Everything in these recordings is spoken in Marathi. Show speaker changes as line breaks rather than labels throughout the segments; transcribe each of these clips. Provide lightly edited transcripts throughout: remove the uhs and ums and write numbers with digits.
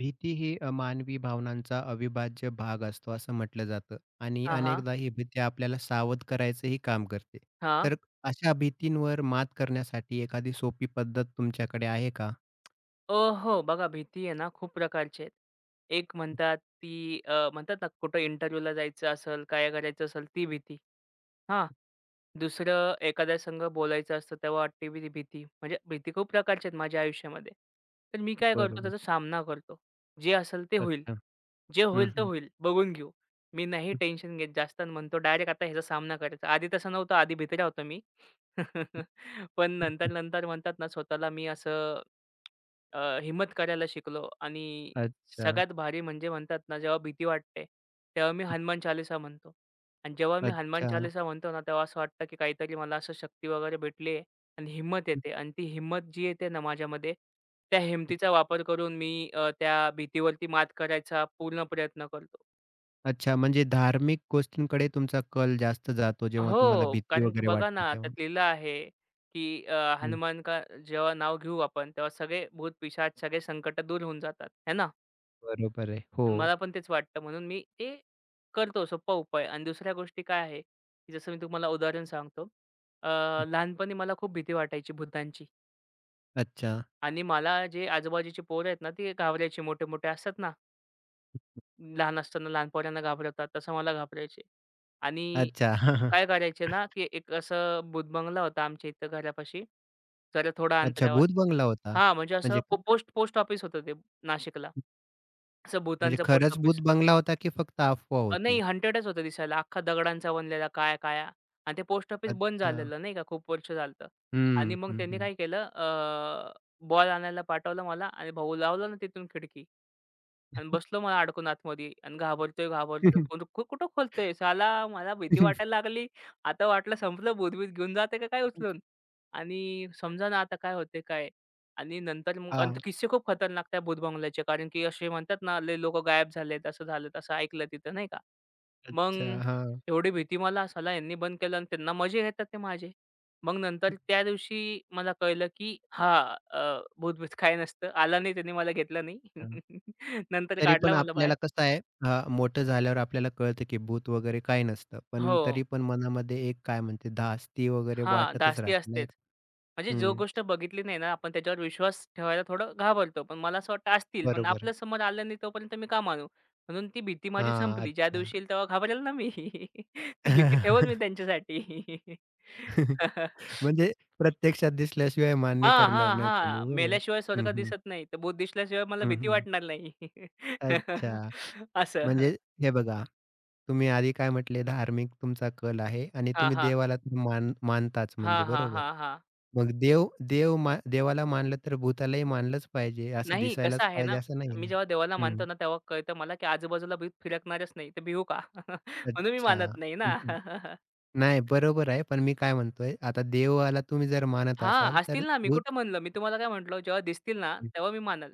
भीती ही मानवी भावनांचा अविभाज्य भाग असतो असं म्हटलं जातं आणि
हां, हां.
अनेकदा ही भीती आपल्याला सावध करायचंही काम करते.
हां.
तर अशा भीतींवर मात करण्यासाठी एखादी सोपी पद्धत तुमच्याकडे आहे का?
अ, हो. बघा भीती आहे ना खूप प्रकारची आहेत. एक म्हणतात ती म्हणतात ना कुठं इंटरव्ह्यूला जायचं असेल, काय करायचं असेल ती भीती. हां. दुसरं एखाद्या संग बोलायचं असतं तेव्हा वाटते भीती भीती. म्हणजे भीती खूप प्रकारच्या आहेत माझ्या आयुष्यामध्ये. तर मी काय करतो
बरोबर.
त्याचा सामना करतो. जे असेल ते होईल.
अच्छा.
जे
हं,
होईल ते
हं.
होईल. बघून घेऊ. मी नाही टेन्शन घेत जास्त आणि म्हणतो डायरेक्ट आता ह्याचा सामना करायचा. आधी तसं नव्हतं. आधी भित्र्या होतो मी. पण नंतर, नंतर म्हणतात ना स्वतःला मी असं हिम्मत करायला शिकलो आणि
अच्छा,
सगळ्यात भारी म्हणजे म्हणतात ना जेव्हा भीती वाटते, तेव्हा मी हनुमान चालीसा म्हणतो. आणि जेव्हा मी हनुमान
अच्छा.
चालीसा म्हणतो ना, तेव्हा असं वाटतं की काहीतरी मला असं शक्ती वगैरे भेटली आणि हिंमत येते आणि ती हिंमत जी येते ना माझ्यामध्ये, त्या हिमतीचा वापर करून मी त्या भीतीवरती मात करायचा पूर्ण प्रयत्न करतो.
अच्छा, म्हणजे धार्मिक गोष्टींकडे तुमचा कल जास्त जातो जेव्हा तुम्हाला
हो,
भीती
कारण की
वगैरे
बघा
वाटते
ना, त्यात
तेव्हा.
लिहिलं आहे, की
हं,
हनुमान का जेव्हा नाव घेऊ आपण, तेव्हा सगळे भूत-पिशाच, सगळे संकट दूर होऊन जातात, है ना?
बरोबर आहे. हो.
मला पण तेच वाटतं म्हणून मी ते करतो सोप्पा उपाय. आणि दुसऱ्या गोष्टी काय आहे, की जसं मी तुम्हाला उदाहरण सांगतो. अ, लहानपणी मला खूप भीती वाटायची भुतांची
अच्छा,
आणि मला जे आजूबाजूची पोरं आहेत ना, ती घाबरायची मोठे-मोठे असतात ना लहान असताना लहान पोरांना घाबरवतात, तसं मला घाबरायचे. आणि
अच्छा.
काय करायचे ना, की एक असं भूतबंगला होता आमच्या इथं घरापाशी, जरा थोडा
अच्छा
अंतरावर.
भूत बंगला होता.
हां, म्हणजे असं
म्हणजे
पो पोस्ट पोस्ट ऑफिस होतं ते नाशिकला. असं
म्हणजे
भूतांचं पोस्ट
खरंच भूत
ऑफिस.
बंगला होता की फक्त अफवा होती?
नाही हंटेडच होतं दिसायला, अख्खा दगडांचा बनलेला काळ्या-काळ्या आणि ते पोस्ट ऑफिस बंद
अच्छा.
झालेलं नाही का, खूप वर्ष झालं आणि
हं,
मग
हं,
त्यांनी
हं.
काय केलं, बॉल आणायला पाठवला मला आणि भाऊ लावला ना तिथून खिडकी. आणि बसलो मला अडकून आतमध्ये आणि घाबरतोय,
हां.
घाबरतोय. कोण कुठं खोलतंय साला? मला भीती वाटायला लागली. आता वाटलं संपलं भूत-बीत घेऊन जाते का काय उचलून? आणि समजा ना आता काय होते काय? आणि नंतर मग आणि ते किस्से खूप खतरनाक त्या भूत बंगल्याचे कारण की असे म्हणतात ना, लय लोकं गायब झालेत, असं झालं, तसं ऐकलं तिथं नाही का? मग
अच्छा. हां.
एवढी भीती मला साला ह्यांनी बंद केलं आणि त्यांना मजे घेतात ते माझे. मग नंतर त्या दिवशी मला कळलं, की हा अ, भूत-बीत काय नसतं. आला नाही त्याने मला घेतलं नाही.
हां.
नंतर
तरी पण
काढला मला बाहेर.
आपल्याला कसं आहे मोठं झाल्यावर आपल्याला कळतं की भूत वगैरे काही नसतं. पण
हो.
तरी पण मनामध्ये एक काय म्हणते धास्ती वगैरे
हां,
वाटतच
धास्ती
राहते नाही
असतेच.
का?
म्हणजे जो
हं.
गोष्ट बघितली नाही ना, आपण त्याच्यावर विश्वास ठेवायला थोडं घाबरतो. पण मला असं वाटतं असतील. पण
बरोबर आहे.
आपल्या समोर आलं नाही तोपर्यंत मी का मानू? म्हणून ती भीती माझी
हां.
संपली. ज्या
अच्छा.
दिवशी येईल तेव्हा घाबरेल ना मी. ती भीती ठेवेल मी त्यांच्यासाठी.
म्हणजे प्रत्यक्षात दिसल्याशिवाय मान्य
हां, हां,
करणार नाही तुम्ही.
हां.
बरोबर.
मेल्याशिवाय
हं,
स्वर्ग
हं.
दिसत नाही. तर भूत दिसल्याशिवाय मला
हं,
भीती
हं.
वाटणार नाही.
अच्छा.
असं.
म्हणजे हे बघा, तुम्ही आधी काय म्हटले धार्मिक तुमचा कल आहे आणि
हां,
तुम्ही
हां.
देवाला तर मानताच
हां,
म्हणजे
हां,
बरोबर.
हां, हां.
मग देव देव मा देवाला मानलं तर भूतालाही मानलंच पाहिजे, असं
नाही कसं
दिसायलाच
आहे
पाहिजे
ना,
असं नाही
मी
ना?
जेव्हा देवाला मानतो
हं.
ना, तेव्हा कळतं मला, की आजूबाजूला भूत फिरकणारच नाही. तर भिऊ का? म्हणून मी
अच्छा.
मानत नाही ना.
हं, हं. नाही बरोबर आहे. पण मी काय म्हणतोय आता देवाला तुम्ही जर मानत
हां,
असाल तर
असतील ना. मी
भूत
कुठं म्हणलं? मी तुम्हाला काय म्हटलं? जेव्हा दिसतील ना, तेव्हा मी मानल.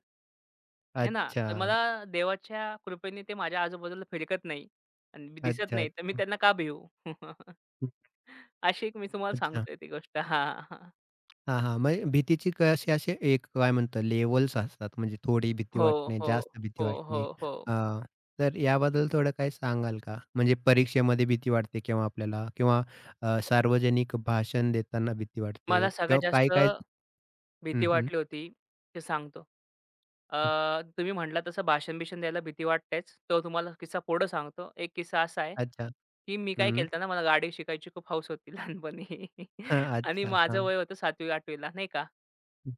हे ना,
अच्छा.
तर मला देवाच्या कृपेने ते माझ्या आजूबाजूला फिरकत नाही आणि मी दिसत
अच्छा,
नाही, तर मी
अच्छा.
त्यांना का भिऊ? अशी एक मी तुम्हाला
अच्छा.
सांगतोय ती गोष्ट. हां, हां.
हां, हां. म्हणजे भीतीची कशी असे एक काय म्हणतात लेव्हल्स असतात. म्हणजे थोडी भीती
हो,
वाटणे,
हो.
जास्त भीती
हो, हो,
वाटणे.
हो.
अ, तर याबद्दल थोडं काही सांगाल का? म्हणजे परीक्षेमध्ये भीती वाटते किंवा आपल्याला किंवा सार्वजनिक भाषण देताना भीती
मला
वाटते
सगळ्यात
किंवा
जास्त
काही-काही हं,
भीती
हं.
वाटली होती, ते सांगतो. अ, तुम्ही म्हटला तसं भाषण-बिषण द्यायला भीती वाटतेच. तो तुम्हाला किस्सा पुढं सांगतो. एक किस्सा असा आहे,
अच्छा.
की मी काय
हं.
केलं ना, मला गाडी शिकायची खूप हौस होती लहानपणी.
हां,
आणि
अच्छा.
माझं
हां.
वय होतं 7वी-8वी नाही का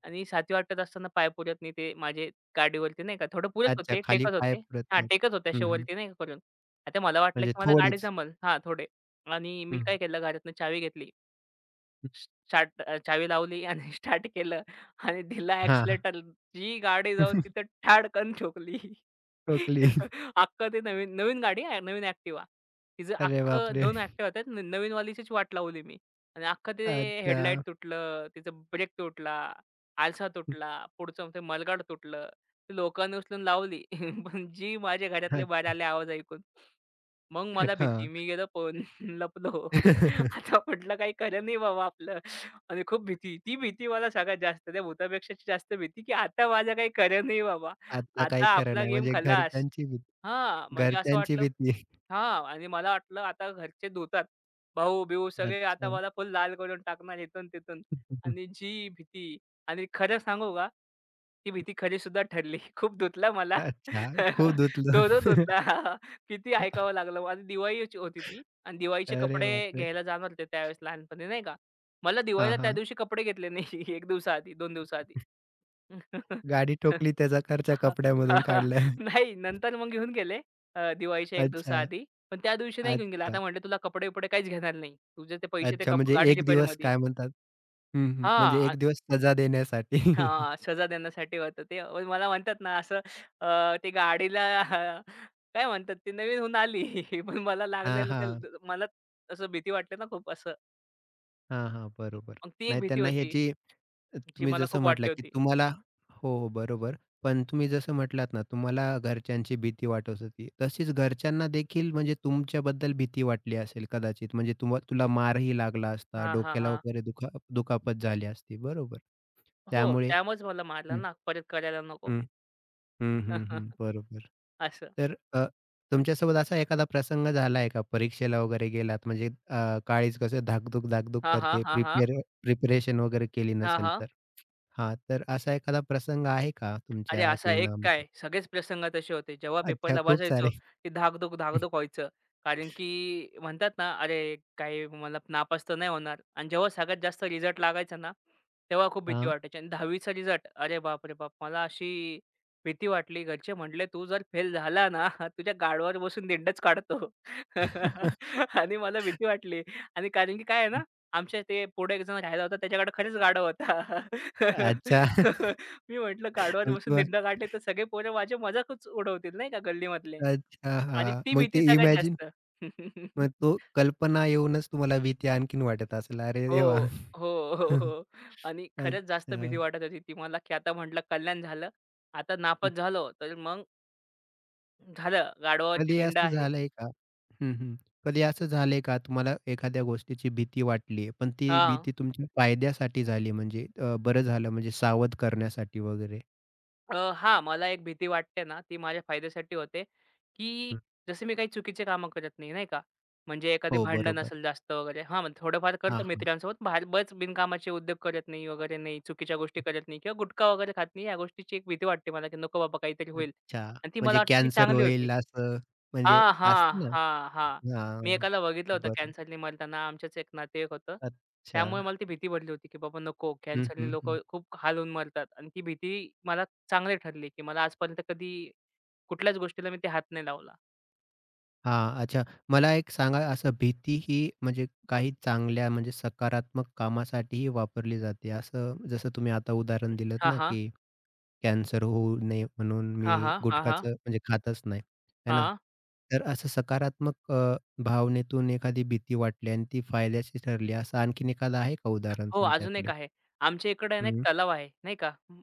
आणि 7वी-8वी असताना पाय पुरत नाही ते माझे गाडीवरती नाही का, थोडं पुरत
अच्छा.
होते,
खाली
टेकत
पाय
होते.
पुरत
हां,
नव्हते.
टेकत होते असे
हं, हं.
वरती नाही का करून. आता मला वाटलं,
म्हणजे
की मला गाडी
थोडीच.
जमेल हां, थोडे आणि मी
हं, हं.
काय केलं, घरातनं चावी घेतली स्टार्ट चावी लावली आणि स्टार्ट केलं आणि दिला
हां, हां.
ॲक्सिलेटर. जी गाडी जाऊन तिथं ठाडकन ठोकली.
ठोकली.
अख्खं ते नवीन नवीन गाडी आहे, नवीन ॲक्टिवा. तिचं
अरे
अख्खं
बापरे!
2 ॲक्टिवा होत्या. नवीनवालीचीच वाट लावली मी आणि अख्खं ते हेडलाईट
अच्छा.
तुटलं, तिचं ब्रेक तुटला, आरसा तुटला, पुढचं ते मलगाड तुटलं. ती लोकांनी उचलून लावली. पण जी माझ्या घरातले बाहेर
अच्छा.
आले आवाज ऐकून, मग मला भीती.
हां.
मी गेलो पळून लपलो. आता म्हटलं काही खरं नाही बाबा आपलं आणि खूप भीती. ती भीती मला सगळ्यात जास्त त्या भूतापेक्षाची जास्त भीती, की आता माझं काही खरं नाही बाबा.
आता काही
आता
खरं
आपला
नाही.
गेम
म्हणजे
खलास.
घरच्यांची भी
हां, म्हणजे असं
घरच्यांची
वाटलं
भीती.
हां. आणि मला वाटलं आता घरचे धुतात. भाऊ-बिऊ सगळे आता
अच्छा.
मला फुल लाल करून टाकणार इथून तिथून. आणि जी भीती आणि खरं सांगू का? ती भीती खरी खरीसुद्धा ठरली. खूप धुतला मला.
अच्छा. खूप धुतलं.
धो-धो धुतला. किती ऐकावं लागलं. माझी दिवाळीची होती ती आणि दिवाळीचे
अरे
कपडे
बापरे!
घ्यायला जाणार होते त्यावेळेस लहानपणी नाही का. मला
हां,
दिवाळीला त्या
हां.
दिवशी कपडे घेतले नाही 1 दिवसाआधी, 2 दिवसाआधी.
गाडी ठोकली त्याचा खर्च कपड्यामधून काढला.
नाही नंतर मग घेऊन गेले दिवाळीच्या 1
अच्छा,
दिवसाआधी. पण त्या दिवशी नाही घेऊन गेले.
अच्छा,
आता म्हटले, "तुला कपडे-बिपडे काहीच घेणार नाही. तुझे ते पैसे ते
अच्छा.
कप
म्हणजे
गाडी
एक दिवस
रिपेअरमध्ये."
काय म्हणतात? हं, हं. म्हणजे
हां,
एक दिवस सजा देण्यासाठी.
हां, सजा देण्यासाठी होतं ते. पण मला म्हणतात ना असं ते गाडीला काय म्हणतात ती नवीन होऊन आली. पण मला
हां,
लागलेलं ते
हां.
द मला असं भीती वाटली ना खूप असं.
हां, हां. बरोबर.
मग ती एक
नाही
भीती
त्यांना
होती,
ह्याची
जी
तुम्ही
मला
जसं
खूप
म्हटला,
वाटली
की
होती.
तुम्हाला हो, हो. बरोबर. पण तुम्ही जसं म्हटलात ना, तुम्हाला घरच्यांची भीती वाटत होती. तशीच घरच्यांना देखील म्हणजे तुमच्याबद्दल भीती वाटली असेल कदाचित. म्हणजे तुला मारही लागला असता,
हां, हां,
डोक्याला
हां.
वगैरे दुखा दुखापत झाली असती. बरोबर.
हो,
त्यामुळे
त्यामुळेच मला मारलं
हं,
ना. परत करायला नको.
हं. हं, हं, हं. बरोबर.
असं.
तर तुमच्यासोबत असा एखादा प्रसंग झाला आहे का? परीक्षेला वगैरे गेलात म्हणजे काळीज कसं धाकधूक, धाकधूक
हां, हां.
करते
हां, हां.
प्रिपेअर प्रिपरेशन वगैरे केली
हां,
नसेल
हां.
तर? हां, तर असा एखादा प्रसंग आहे का
अरे,
तुमच्या
असा एक
जीवनामध्ये?
काय सगळेच प्रसंग तसे होते. जेव्हा
अच्छा,
पेपरला
खूप
बसायचो,
सारे.
की धाकधूक, धाकधूक व्हायचं. कारण की म्हणतात ना, "अरे, काही मला नापास तर नाही होणार." आणि जेव्हा सगळ्यात जास्त रिझल्ट लागायचा ना, तेव्हा खूप भीती
हां.
वाटायची. आणि 10वी रिझल्ट, अरे बाप रे बाप! मला अशी भीती वाटली. घरचे म्हटले, "तू जर फेल झाला ना, तुझ्या गाडवावर बसून धिंडच काढतो." आणि मला भीती वाटली. आणि कारण की काय आहे ना, आमच्या ते पुढे एकजण राहिला होता. त्याच्याकडे खरंच गाढव होता.
अच्छा.
मी म्हटलं, "काढवा
मग
बसून
तो
दिंडा काढले तर सगळे पोरं माझे मजाकच उडवतील नाही का गल्लीमधले."
अच्छा,
आणि
हां.
ती
मग
भीती
ते
सगळ्यात
इमॅजिन
जास्त.
मग तो कल्पना येऊनच तुम्हाला भीती आणखीन वाटत असेल. अरे
हो,
देवा!
हो, हो, हो. आणि खरंच जास्त
अच्छा.
भीती वाटत होती ती मला, की आता म्हटलं कल्याण झालं. आता नापास झालो तर मग झालं गाढवावरची
कधी
धिंड
असं
आहे.
झालंय का? हं, हं. कधी असं झालंय का तुम्हाला एखाद्या गोष्टीची भीती वाटली आहे, पण ती
हां.
भीती तुमच्या फायद्यासाठी झाली म्हणजे बरं झालं म्हणजे सावध करण्यासाठी वगैरे?
हां, मला एक भीती वाटते ना, ती माझ्या फायद्यासाठी होते, की
हं.
जसे मी काही चुकीचे कामं करत नाही, नाही का? म्हणजे एखादी
हो,
भांडण
बरोबर.
असेल जास्त वगैरे हां, मग थोडंफार
हां,
करतो
हां.
मित्रांसोबत. बाहेर बिनकामाचे उद्योग करत नाही वगैरे नाही, चुकीच्या गोष्टी करत नाही किंवा गुटखा वगैरे खात नाही. या गोष्टीची एक भीती वाटते मला, की नको बाबा काहीतरी होईल.
अच्छा.
आणि ती मला
म्हणजे
वाटतं, की
कॅन्सर
चांगली होती.
होईल असं म्हणजे
हां,
असतं
हां,
ना?
हां, हां. मी
हां.
एकाला बघितलं होतं
बरं.
कॅन्सरनी मरताना. आमचेच एक नातेवाईक होतं.
अच्छा.
त्यामुळे मला ती भीती पडली होती, की बाबा नको
हं,
कॅन्सरने
हं,
लोकं
हं.
खूप हाल होऊन मरतात. आणि ती भीती मला चांगली ठरली, की मला आजपर्यंत कधी कुठल्याच गोष्टीला मी ते हात नाही लावला.
हां, अच्छा. मला एक सांगा असं भीती ही म्हणजे काही चांगल्या म्हणजे सकारात्मक कामासाठीही वापरली जाते असं जसं तुम्ही आता उदाहरण दिलत
हां,
ना,
हां.
की कॅन्सर होऊ नये म्हणून
हां,
मी
हां. हां, हां.
गुटखाचं म्हणजे खातच नाही, है ना?
हां.
तर असं सकारात्मक भावनेतून एखादी भीती वाटली आणि ती फायद्याची ठरली, असं आणखीन एखादं आहे का उदाहरण
हो, अजून एक
तुमच्याकडे?
आहे. आमच्या इकडे आहे ना, एक
हं,
तलाव आहे, नाही का.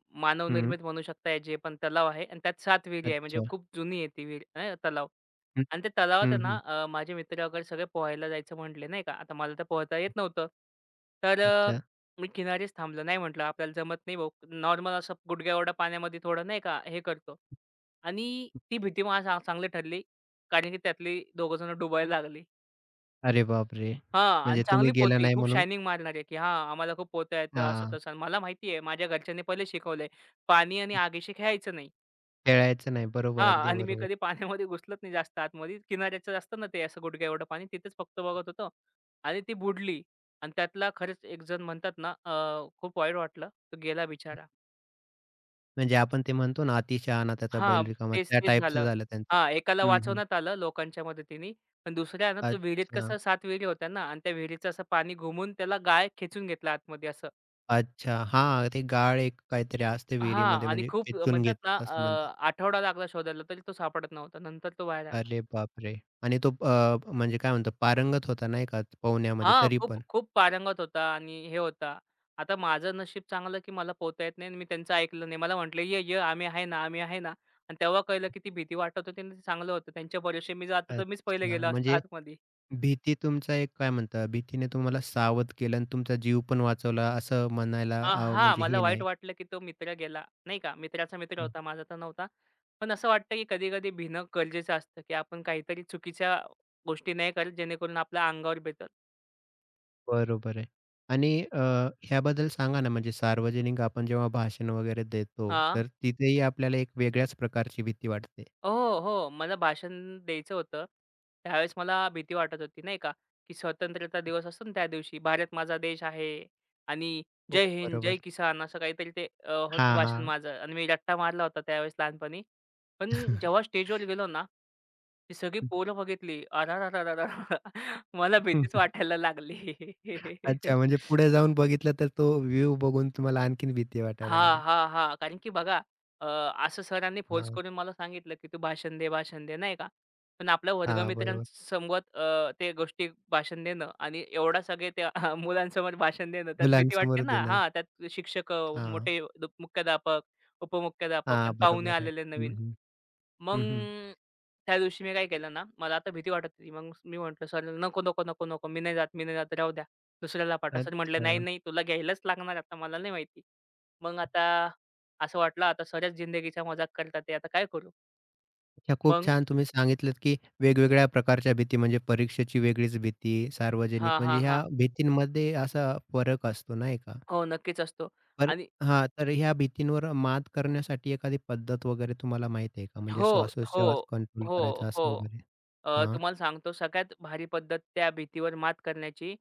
हं.
मानवनिर्मित म्हणू शकता जे पण तलाव आहे आणि त्यात 7 विहिरी आहे. म्हणजे
अच्छा.
खूप जुनी आहे ती विहीर तलाव
हं,
आणि त्या तलावात
हं,
आहे ना,
हं.
माझे मित्र वगैरे सगळे पोहायला जायचं म्हटले, नाही का. आता मला तर पोहता येत नव्हतं. तर
अच्छा.
मी किनारीच थांबलो. नाही म्हटलं, "आपल्याला जमत नाही भाऊ." नॉर्मल असं गुडघ्या एवढ्या पाण्यामध्ये थोडं नाही का हे करतो आणि ती भीती मला चांगली ठरली. कारण की त्यातली दोघं जण डुबायला लागली.
अरे बापरे!
हां. आणि
म्हणजे
चांगली
तुम्ही गेला
पोती,
नाही
खूप
म्हणून
शायनिंग मारणारे, की हां, आम्हाला खूप पोहता येतं,
हां,
असं-तसं. मला माहिती आहे, माझ्या घरच्यांनी पहिले शिकवलंय, पाणी आणि आगीशी खेळायचं नाही.
खेळायचं नाही. बरोबर,
हां.
अगदी
आणि मी
बरोबर.
कधी पाण्यामध्ये घुसलोच नाही जास्त आतमध्ये. किनाऱ्याचं असतं ना ते असं गुडघ्या एवढं पाणी, तिथेच फक्त बघत होतो आणि ती बुडली. आणि त्यातला खरंच एक जण म्हणतात ना, खूप वाईट वाटलं. तो गेला बिचारा.
म्हणजे आपण ते म्हणतो ना, "अति शहाणा त्याचा
हां.
बैल रिकामा."
तेच,
त्या
तेच
टाइपचं
झालं.
झालं त्यांचं.
हां. एकाला
हं, हं.
वाचवण्यात आलं लोकांच्या मदतीने, पण दुसऱ्या ना, तो विहिरीत
अच्छा.
कसं 7 विहिरी होत्या ना आणि त्या विहिरीचं असं पाणी घुमून त्याला गाळ खेचून घेतला आतमध्ये असं.
अच्छा. हां, ते गाळ एक काहीतरी असते
हां
विहिरीमध्ये
आणि
म्हणजे
खूप
खेचून
म्हणतात ना
घेतात असं म्हणतात.
आठवडा लागला शोधायला तरी तो सापडत नव्हता. नंतर तो बाहेर आला.
अरे बापरे! आणि तो म्हणजे काय म्हणतो पारंगत होता नाही का पोहण्यामध्ये
हां,
तरी
खूप
पण?
खूप पारंगत होता आणि हे होता. आता माझं नशीब चांगलं की मला पोहता येत नाही आणि मी त्यांचं ऐकलं नाही. मला म्हटले, "ये, ये आम्ही आहे ना, आम्ही आहे ना." आणि तेव्हा कळलं की ती भीती वाटत होती आणि ते चांगलं होतं. त्यांच्या भरोश्याने मी जातो तर मीच पहिले
अच्छा.
गेलो असतो
म्हणजे
आतमध्ये.
भीती तुमचा एक काय म्हणता भीतीने तुम्हाला सावध केलं आणि तुमचा जीव पण वाचवला असं म्हणायला
हां,
म्हणजे
मला
हे
वाईट
नाही.
वाटलं की तो मित्र गेला, नाही का. मित्राचा मित्र होता, माझा तर नव्हता. पण असं वाटतं की कधी-कधी भिणं गरजेचं असतं की आपण काहीतरी चुकीच्या गोष्टी नाही करत जेणेकरून आपल्या अंगावर बेतं
बरोबर आहे. आणि ह्याबद्दल सांगा ना म्हणजे सार्वजनिक आपण जेव्हा भाषण वगैरे देतो,
हां.
तर तिथेही आपल्याला एक वेगळ्याच प्रकारची भीती वाटते.
हो, हो. मला भाषण द्यायचं होतं. त्यावेळेस मला भीती वाटत होती नाही का, की स्वतंत्रता दिवस असतो ना त्या दिवशी, भारत माझा देश आहे आणि
हो,
जय हिंद, जय
बरोबर.
किसान असं काहीतरी ते होतं
हां,
भाषण
हां.
माझं आणि मी रट्टा मारला होता त्यावेळेस लहानपणी. पण जेव्हा स्टेजवर गेलो ना, ती सगळी पोरं बघितली. अरेरेरेरेरे! मला भीतीच वाटायला लागली.
अच्छा, म्हणजे पुढे जाऊन बघितलं तर तो व्ह्यू बघून तुम्हाला आणखीन भीती वाटायला
हां,
लागली.
हां, हां. कारण की बघा अ, असं सरांनी फोर्स
हां,
करून मला सांगितलं, की "तू भाषण दे, भाषण दे," नाही का? पण आपल्या
हां, बरोबर.
वर्गमित्रांसमवेत ते गोष्टी भाषण देणं आणि एवढा सगळे त्या मुलांसमोर भाषण देणं, त्यात भीती
मुलांसमोर
वाटते ना.
देणं.
हां, त्यात शिक्षक,
हां,
मोठे मुख्याध्यापक, उपमुख्याध्यापक
हां,
आणि पाहुणे
बरोबर आहे.
आलेले
हं,
नवीन.
हं.
मग
हं, हं.
त्या दिवशी मी काय केलं ना, मला आता भीती वाटत होती. मग मी म्हटलं, "सर नको, नको, नको, नको. मी नाही जात, मी नाही जात. राहू द्या. दुसऱ्याला पाठवा." सर म्हटले, "नाही,
अच्छा.
नाही. तुला घ्यायलाच लागणार आता. मला नाही माहिती." मग आता असं वाटलं, आता सरच जिंदगीचा मजाक करतात आहे. आता काय करू?
अच्छा, खूप
मग
छान तुम्ही सांगितलत, की वेगवेगळ्या प्रकारच्या भीती म्हणजे परीक्षेची वेगळीच भीती, सार्वजनिक
हां,
म्हणजे
हां,
ह्या
हां.
भीतींमध्ये असा फरक असतो नाही का?
हो, नक्कीच असतो
तर
आणि
हां, तर ह्या भीतींवर मात करण्यासाठी एखादी पद्धत वगैरे तुम्हाला माहीत आहे का? म्हणजे
हो, हो,
श्वासोच्छवास कंट्रोल करायचा
हो,
असं
हो.
वगैरे? हां,
तुम्हाला सांगतो सगळ्यात भारी पद्धत त्या भीतीवर मात करण्याची,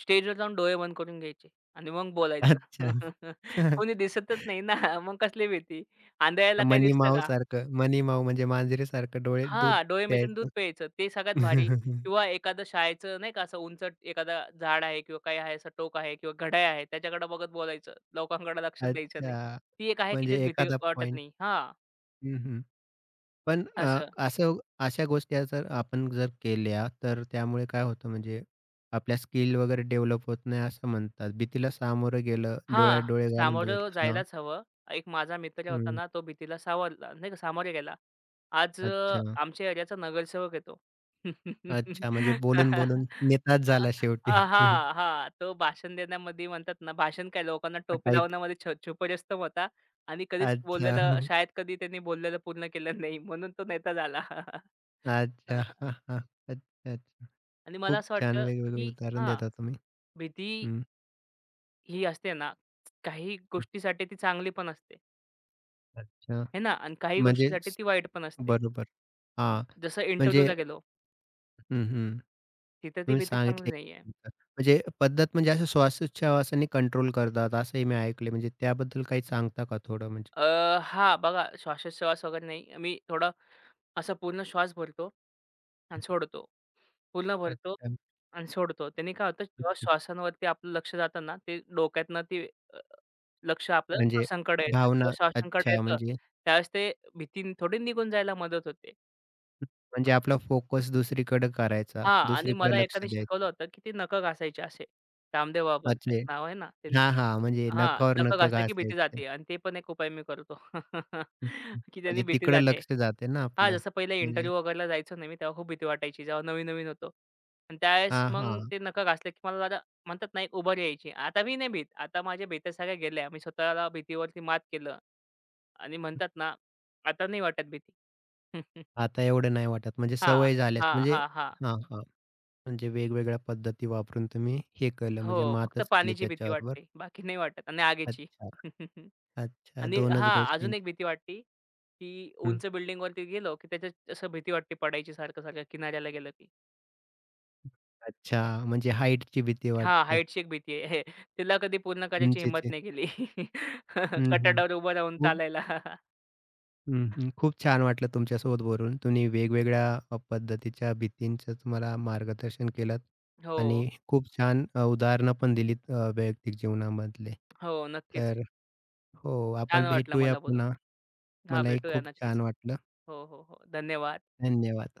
स्टेजवर जाऊन डोळे बंद करून घ्यायचे आणि मग बोलायचं.
अच्छा.
कोणी दिसतच नाही ना, मग कसली भीती? आंधळ्याला काही
मनी
दिसतं का?
माऊसारखं, मनी माऊ म्हणजे मांजरीसारखं डोळे दूध
हां, डोळे मिटून
प्यायचं.
दूध प्यायचं ते सगळ्यात भारी किंवा एखादं शाळेचं नाही का असं उंच एखादा झाड आहे किंवा काही आहे असं टोक आहे किंवा घड्याळ आहे त्याच्याकडे बघत बोलायचं. लोकांकडे लक्ष द्यायचं नाही.
अच्छा.
ती एक आहे की
म्हणजे
ज्यात भीती
एखादा
वाटत
पॉइंट
नाही. हां,
हं, हं. पण असं अशा गोष्टी आज जर आपण जर केल्या, तर त्यामुळे काय होतं म्हणजे आपल्या स्किल वगैरे डेव्हलप होत नाही असं म्हणतात. भीतीला सामोरं गेलं, डोळ्यात
हां,
डोळे घालून
सामोरं
बघितलं हां.
जायलाच हवं. एक माझा मित्र होता
हं.
ना, तो भीतीला सावरला नाही का सामोरे गेला. आज
अच्छा.
आमच्या एरियाचा नगरसेवक आहे तो. अ,
अच्छा. म्हणजे बोलून-बोलून नेताच झाला शेवटी.
तो भाषण देण्यामध्ये म्हणतात ना, भाषण काय लोकांना टोपी
पटाईत.
लावण्यामध्ये छुपरअस्तं होता आणि कधीच
अच्छा.
बोललेलं शाळेत कधी त्यांनी बोललेलं पूर्ण केलं नाही. म्हणून तो नेता झाला.
अच्छा. हां, हां. अच्छा.
आणि मला
खूप
असं
छान
वाटतं,
वेगवेगळे
की
उदाहरण
हां,
देता तुम्ही.
भीती
हं.
ही असते ना, काही गोष्टीसाठी ती चांगली पण असते.
अच्छा.
हे ना? आणि काही
म्हणजे
गोष्टीसाठी
स
ती वाईट पण असते.
बरोबर. हां.
जसं
म्हणजे
इंटरव्ह्यूला गेलो,
हं, हं.
तिथे ती
तुम्ही
भीती चांगली
सांगितले.
नाही आहे.
म्हणजे पद्धत म्हणजे असं श्वासोच्छवासाने कंट्रोल करतात असंही मी ऐकले. म्हणजे त्याबद्दल काही सांगता का थोडं म्हणजे?
अ, हां, बघा श्वासोच्छवास वगैरे नाही. मी थोडा असा पूर्ण श्वास भरतो आणि सोडतो. पूर्ण भरतो
अच्छा.
आणि सोडतो. त्याने काय होतं, जेव्हा श्वासांवरती आपलं लक्ष जातं ना, ते डोक्यातनं ते अ, लक्ष आपलं
म्हणजे
श्वासांकडे येतं
भावना
किंवा श्वासांकडे
अच्छा
येतं,
म्हणजे
त्यावेळेस ते भीती थोडी निघून जायला मदत होते.
म्हणजे आपला फोकस दुसरीकडे करायचा.
हां. आणि
दुसरीकडे
मला
लक्ष
एकाने शिकवलं
द्यायचं.
होतं, की ते नखं घासायचे असे. रामदेव बाबांचं एक
म्हणजे
नाव आहे ना त्यांनी
हां, हां. म्हणजे
हां.
नकावर
नखं
नखं
घासलं की भीती
घासायचं.
जाते आणि ते पण एक उपाय मी करतो. की त्यांनी
म्हणजे
भीती
तिकडे
जाते.
लक्ष जाते ना
हां,
आपलं.
जसं पहिले
म्हणजे
इंटरव्ह्यू वगैरेला जायचो ना मी तेव्हा खूप भीती वाटायची जेव्हा नवीन-नवीन होतो. आणि त्यावेळेस
हां,
मग
हां.
ते नखं घासलं की मला जरा म्हणतात ना एक उभारी यायची. आता मी नाही भीत. आता माझ्या भीती सगळ्या गेल्या. मी स्वतःला भीतीवरती मात केलं. आणि म्हणतात ना, आता नाही वाटत भीती.
आता एवढं नाही वाटत. म्हणजे
हां.
सवय झाल्यास
हां,
म्हणजे
हां, हां.
हां, हां. म्हणजे वेगवेगळ्या पद्धती वापरून तुम्ही हे केलं म्हणजे
हो, फक्त
मातच केली
पाण्याची भीती
त्याच्याबरोबर.
वाटते. बाकी नाही वाटत आणि आगीची.
अच्छा, अच्छा.
आणि
2च
हां,
गोष्टी.
अजून एक भीती वाटते, की
हं.
उंच बिल्डिंगवरती गेलो, की त्याच्यात असं भीती वाटते पडायची सारखं-सारखं किनाऱ्याला गेलं की.
अच्छा, म्हणजे हाईटची भीती
हां,
वाटते,
हाईटची एक भीती आहे. तिला कधी पूर्ण करायची हिंमत
उंचीची.
नाही केली.
हं, हं.
कठाडावर उभं राहून
खूप
चालायला.
हं, हं. खूप छान वाटलं तुमच्यासोबत बोलून. तुम्ही वेगवेगळ्या पद्धतीच्या भीतींचं तुम्हाला मार्गदर्शन केलंत
हो,
आणि खूप छान उदाहरणं पण दिलीत वैयक्तिक जीवनामधले.
हो, नक्कीच.
तर हो,
छान
आपण
वाटलं
भेटूया
मला बोलून.
पुन्हा.
हां,
मलाही
भेटूया
खूप
नक्कीच.
छान वाटलं.
हो, हो, हो. धन्यवाद.
धन्यवाद.